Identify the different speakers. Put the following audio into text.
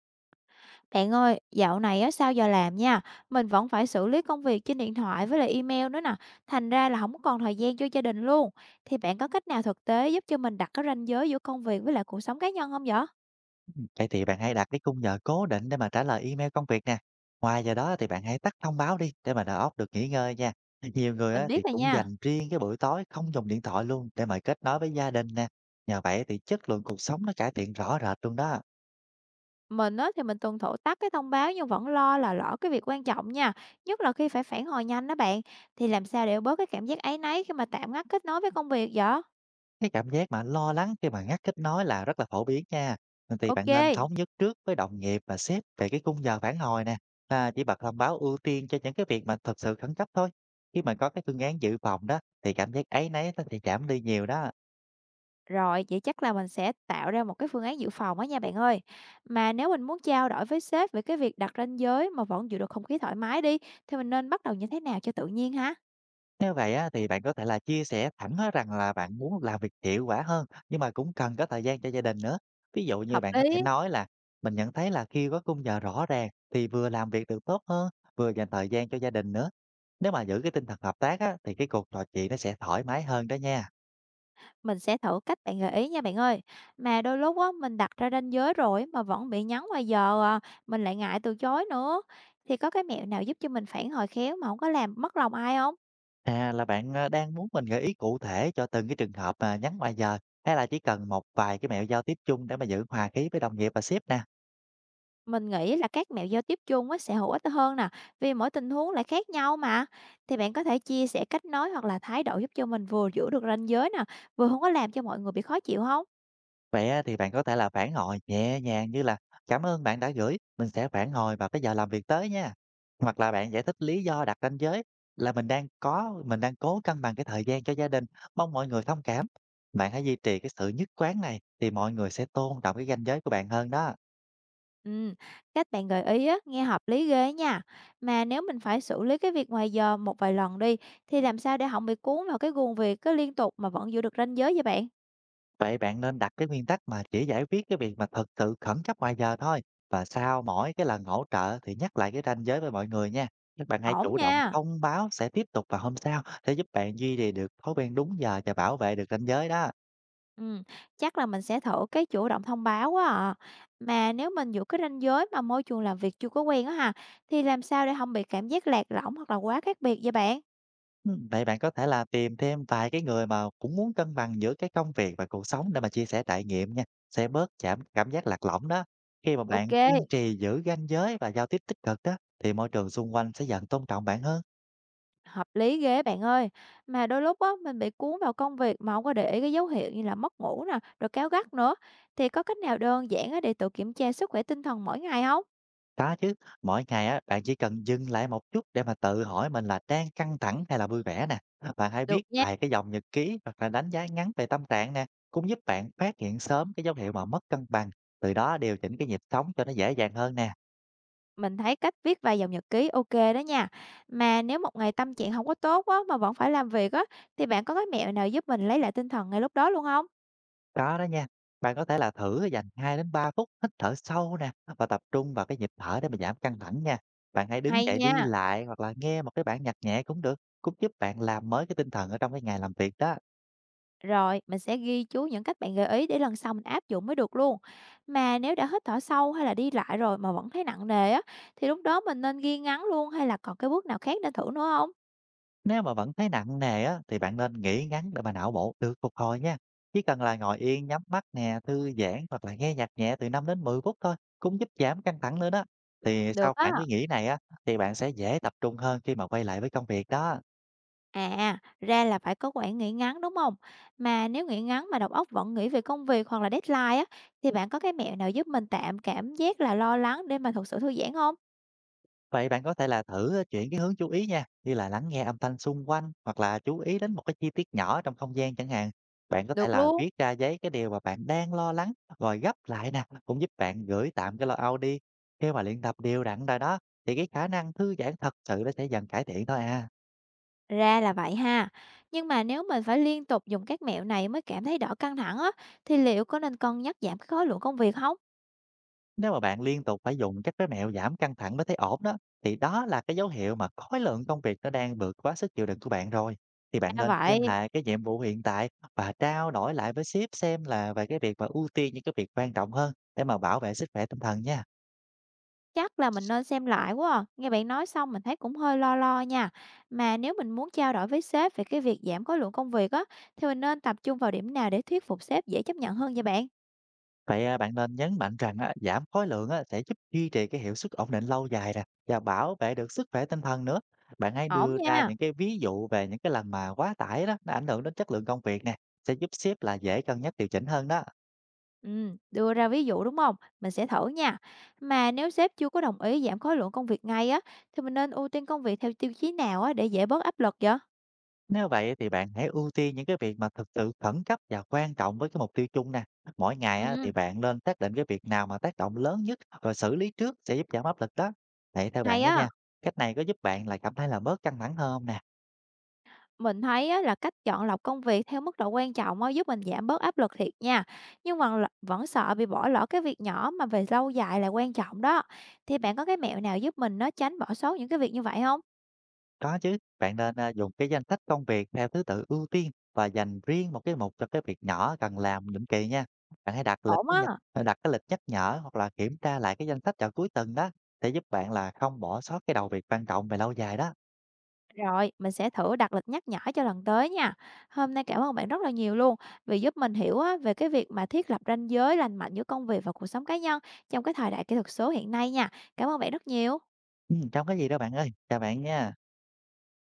Speaker 1: Bạn ơi, dạo này á sau giờ làm nha, mình vẫn phải xử lý công việc trên điện thoại với lại email nữa nè, thành ra là không còn thời gian cho gia đình luôn. Thì bạn có cách nào thực tế giúp cho mình đặt cái ranh giới giữa công việc với lại cuộc sống cá nhân không vậy?
Speaker 2: Vậy thì bạn hãy đặt cái khung giờ cố định để mà trả lời email công việc nè. Ngoài giờ đó thì bạn hãy tắt thông báo đi để mà đầu óc được nghỉ ngơi nha. Nhiều người
Speaker 1: Mình
Speaker 2: á, thì
Speaker 1: biết rồi
Speaker 2: cũng
Speaker 1: nha.
Speaker 2: dành riêng cái buổi tối không dùng điện thoại luôn để mà kết nối với gia đình nè. Nhờ vậy thì chất lượng cuộc sống nó cải thiện rõ rệt luôn đó.
Speaker 1: Mình á thì mình tuân thủ tắt cái thông báo nhưng vẫn lo là lỡ cái việc quan trọng nha, nhất là khi phải phản hồi nhanh đó bạn. Thì làm sao để bớt cái cảm giác áy náy khi mà tạm ngắt kết nối với công việc vậy?
Speaker 2: Cái cảm giác mà lo lắng khi mà ngắt kết nối là rất là phổ biến nha. Thì bạn nên
Speaker 1: Ok.
Speaker 2: thống nhất trước với đồng nghiệp và sếp về cái khung giờ phản hồi nè. À, chỉ bật thông báo ưu tiên cho những cái việc mà thật sự khẩn cấp thôi. Khi mà có cái phương án dự phòng đó thì cảm giác áy náy nó sẽ giảm đi nhiều đó.
Speaker 1: Rồi, vậy chắc là mình sẽ tạo ra một cái phương án dự phòng á nha bạn ơi. Mà nếu mình muốn trao đổi với sếp về cái việc đặt ranh giới mà vẫn giữ được không khí thoải mái đi, thì mình nên bắt đầu như thế nào cho tự nhiên hả?
Speaker 2: Nếu vậy á, thì bạn có thể là chia sẻ thẳng á rằng là bạn muốn làm việc hiệu quả hơn, nhưng mà cũng cần có thời gian cho gia đình nữa. Ví dụ như
Speaker 1: Hợp
Speaker 2: bạn có thể
Speaker 1: lý,
Speaker 2: nói là mình nhận thấy là khi có khung giờ rõ ràng thì vừa làm việc được tốt hơn, vừa dành thời gian cho gia đình nữa. Nếu mà giữ cái tinh thần hợp tác á, thì cái cuộc trò chuyện nó sẽ thoải mái hơn đó nha.
Speaker 1: mình sẽ thử cách bạn gợi ý nha bạn ơi. Mà đôi lúc á, mình đặt ra ranh giới rồi mà vẫn bị nhắn ngoài giờ à, mình lại ngại từ chối nữa. Thì có cái mẹo nào giúp cho mình phản hồi khéo mà không có làm mất lòng ai không?
Speaker 2: À, là bạn đang muốn mình gợi ý cụ thể cho từng cái trường hợp mà nhắn ngoài giờ, hay là chỉ cần một vài cái mẹo giao tiếp chung để mà giữ hòa khí với đồng nghiệp và sếp nè.
Speaker 1: Mình nghĩ là các mẹo giao tiếp chung á sẽ hữu ích hơn nè, vì mỗi tình huống lại khác nhau mà. Thì bạn có thể chia sẻ cách nói hoặc là thái độ giúp cho mình vừa giữ được ranh giới nè, vừa không có làm cho mọi người bị khó chịu không?
Speaker 2: Vậy á, thì bạn có thể là phản hồi nhẹ nhàng, như là: cảm ơn bạn đã gửi, mình sẽ phản hồi vào cái giờ làm việc tới nha. Hoặc là bạn giải thích lý do đặt ranh giới là mình đang có, mình đang cố cân bằng cái thời gian cho gia đình, mong mọi người thông cảm. Bạn hãy duy trì cái sự nhất quán này thì mọi người sẽ tôn trọng cái ranh giới của bạn hơn đó.
Speaker 1: Ừm, cách bạn gợi ý á, nghe hợp lý ghê nha. Mà nếu mình phải xử lý cái việc ngoài giờ một vài lần đi, thì làm sao để không bị cuốn vào cái guồng việc cứ liên tục mà vẫn giữ được ranh giới vậy bạn?
Speaker 2: Vậy bạn nên đặt cái nguyên tắc mà chỉ giải quyết cái việc mà thực sự khẩn cấp ngoài giờ thôi. Và sau mỗi cái lần hỗ trợ thì nhắc lại cái ranh giới với mọi người nha. Các bạn hãy
Speaker 1: Ổn
Speaker 2: chủ động
Speaker 1: nha.
Speaker 2: thông báo sẽ tiếp tục vào hôm sau để giúp bạn duy trì được thói quen đúng giờ và bảo vệ được ranh giới đó.
Speaker 1: Ừm, chắc là mình sẽ thử cái chủ động thông báo quá à. Mà nếu mình giữ cái ranh giới mà môi trường làm việc chưa có quen á ha, thì làm sao để không bị cảm giác lạc lõng hoặc là quá khác biệt vậy bạn?
Speaker 2: Ừ, vậy bạn có thể là tìm thêm vài cái người mà cũng muốn cân bằng giữa cái công việc và cuộc sống để mà chia sẻ trải nghiệm nha. Sẽ bớt giảm cảm giác lạc lõng đó. Khi mà
Speaker 1: Ok,
Speaker 2: bạn kiên trì giữ ranh giới và giao tiếp tích cực đó, thì môi trường xung quanh sẽ dần tôn trọng bạn hơn.
Speaker 1: hợp lý ghê bạn ơi. Mà đôi lúc á, mình bị cuốn vào công việc mà không có để ý cái dấu hiệu như là mất ngủ nè, rồi cáu gắt nữa. Thì có cách nào đơn giản á để tự kiểm tra sức khỏe tinh thần mỗi ngày không?
Speaker 2: Có chứ, mỗi ngày á, bạn chỉ cần dừng lại một chút để mà tự hỏi mình là đang căng thẳng hay là vui vẻ nè. Bạn hãy viết
Speaker 1: Được nha.
Speaker 2: vài cái dòng nhật ký hoặc là đánh giá ngắn về tâm trạng nè, cũng giúp bạn phát hiện sớm cái dấu hiệu mà mất cân bằng, từ đó điều chỉnh cái nhịp sống cho nó dễ dàng hơn nè.
Speaker 1: Mình thấy cách viết vài dòng nhật ký ok đó nha. Mà nếu một ngày tâm trạng không có tốt á, mà vẫn phải làm việc á, thì bạn có cái mẹo nào giúp mình lấy lại tinh thần ngay lúc đó luôn không?
Speaker 2: Có đó nha. Bạn có thể là thử dành 2 đến 3 phút hít thở sâu nè, và tập trung vào cái nhịp thở để mà giảm căng thẳng nha. Bạn hãy đứng
Speaker 1: Hay
Speaker 2: dậy đi
Speaker 1: nha.
Speaker 2: lại hoặc là nghe một cái bản nhạc nhẹ cũng được, cũng giúp bạn làm mới cái tinh thần ở trong cái ngày làm việc đó.
Speaker 1: Rồi, mình sẽ ghi chú những cách bạn gợi ý để lần sau mình áp dụng mới được luôn. Mà nếu đã hít thở sâu hay là đi lại rồi mà vẫn thấy nặng nề á, thì lúc đó mình nên ghi ngắn luôn hay là còn cái bước nào khác để thử nữa không?
Speaker 2: Nếu mà vẫn thấy nặng nề á, thì bạn nên nghỉ ngắn để mà não bộ được phục hồi nha. Chỉ cần là ngồi yên, nhắm mắt nè, thư giãn hoặc là nghe nhạc nhẹ từ 5 đến 10 phút thôi, cũng giúp giảm căng thẳng nữa đó. Thì sau
Speaker 1: Được á.
Speaker 2: khoảng cái nghỉ này á, thì bạn sẽ dễ tập trung hơn khi mà quay lại với công việc đó.
Speaker 1: À, ra là phải có khoảng nghỉ ngắn, đúng không? Mà nếu nghỉ ngắn mà đầu óc vẫn nghĩ về công việc hoặc là deadline á, thì bạn có cái mẹo nào giúp mình tạm cảm giác là lo lắng để mà thực sự thư giãn không?
Speaker 2: Vậy bạn có thể là thử, chuyển cái hướng chú ý nha, như là lắng nghe âm thanh xung quanh hoặc là chú ý đến một cái chi tiết nhỏ trong không gian chẳng hạn. Bạn có thể
Speaker 1: Được
Speaker 2: là
Speaker 1: luôn.
Speaker 2: viết ra giấy cái điều mà bạn đang lo lắng rồi gấp lại nè, cũng giúp bạn gửi tạm cái lo âu đi. Khi mà luyện tập đều đặn rồi đó, thì cái khả năng thư giãn thật sự nó sẽ dần cải thiện thôi à.
Speaker 1: Ra là vậy ha. Nhưng mà nếu mình phải liên tục dùng các mẹo này mới cảm thấy đỡ căng thẳng á, thì liệu có nên cân nhắc giảm cái khối lượng công việc không?
Speaker 2: Nếu mà bạn liên tục phải dùng các cái mẹo giảm căng thẳng mới thấy ổn đó, thì đó là cái dấu hiệu mà khối lượng công việc nó đang vượt quá sức chịu đựng của bạn rồi. Thì bạn
Speaker 1: Ra
Speaker 2: nên
Speaker 1: vậy.
Speaker 2: xem lại cái nhiệm vụ hiện tại và trao đổi lại với sếp xem là về cái việc mà ưu tiên những cái việc quan trọng hơn để mà bảo vệ sức khỏe tinh thần nha.
Speaker 1: Chắc là mình nên xem lại quá à. Nghe bạn nói xong mình thấy cũng hơi lo lo nha. Mà nếu mình muốn trao đổi với sếp về cái việc giảm khối lượng công việc á, thì mình nên tập trung vào điểm nào để thuyết phục sếp dễ chấp nhận hơn vậy bạn?
Speaker 2: Vậy à, bạn nên nhấn mạnh rằng á, giảm khối lượng á, sẽ giúp duy trì cái hiệu suất ổn định lâu dài nè và bảo vệ được sức khỏe tinh thần nữa. Bạn hãy
Speaker 1: Ổn
Speaker 2: đưa ra
Speaker 1: nha.
Speaker 2: những cái ví dụ về những cái lần mà quá tải đó nó ảnh hưởng đến chất lượng công việc nè, sẽ giúp sếp là dễ cân nhắc điều chỉnh hơn đó.
Speaker 1: Ừ, đưa ra ví dụ đúng không? Mình sẽ thử nha. Mà nếu sếp chưa có đồng ý giảm khối lượng công việc ngay á, thì mình nên ưu tiên công việc theo tiêu chí nào á để dễ bớt áp lực vậy?
Speaker 2: Nếu vậy thì bạn hãy ưu tiên những cái việc mà thực sự khẩn cấp và quan trọng với cái mục tiêu chung nè. Mỗi ngày á, thì
Speaker 1: Ừ,
Speaker 2: bạn nên xác định cái việc nào mà tác động lớn nhất rồi xử lý trước sẽ giúp giảm áp lực đó. Vậy theo bạn
Speaker 1: hay
Speaker 2: đó
Speaker 1: á.
Speaker 2: nha, cách này có giúp bạn là cảm thấy là bớt căng thẳng hơn không nè?
Speaker 1: Mình thấy á, là cách chọn lọc công việc theo mức độ quan trọng á, giúp mình giảm bớt áp lực thiệt nha. Nhưng mà vẫn sợ bị bỏ lỡ cái việc nhỏ mà về lâu dài là quan trọng đó. Thì bạn có cái mẹo nào giúp mình nó tránh bỏ sót những cái việc như vậy không?
Speaker 2: Có chứ, bạn nên à, dùng cái danh sách công việc theo thứ tự ưu tiên và dành riêng một cái mục cho cái việc nhỏ cần làm định kỳ nha. Bạn hãy đặt lịch
Speaker 1: Ổn
Speaker 2: cái
Speaker 1: á.
Speaker 2: nhật, à, đặt cái lịch nhắc nhở hoặc là kiểm tra lại cái danh sách vào cuối tuần đó, sẽ giúp bạn là không bỏ sót cái đầu việc quan trọng về lâu dài đó.
Speaker 1: Rồi, mình sẽ thử đặt lịch nhắc nhở cho lần tới nha. Hôm nay cảm ơn bạn rất là nhiều luôn vì giúp mình hiểu á, về cái việc mà thiết lập ranh giới lành mạnh giữa công việc và cuộc sống cá nhân trong cái thời đại kỹ thuật số hiện nay nha. Cảm ơn bạn rất nhiều.
Speaker 2: Hông có gì đâu bạn ơi, chào bạn nha.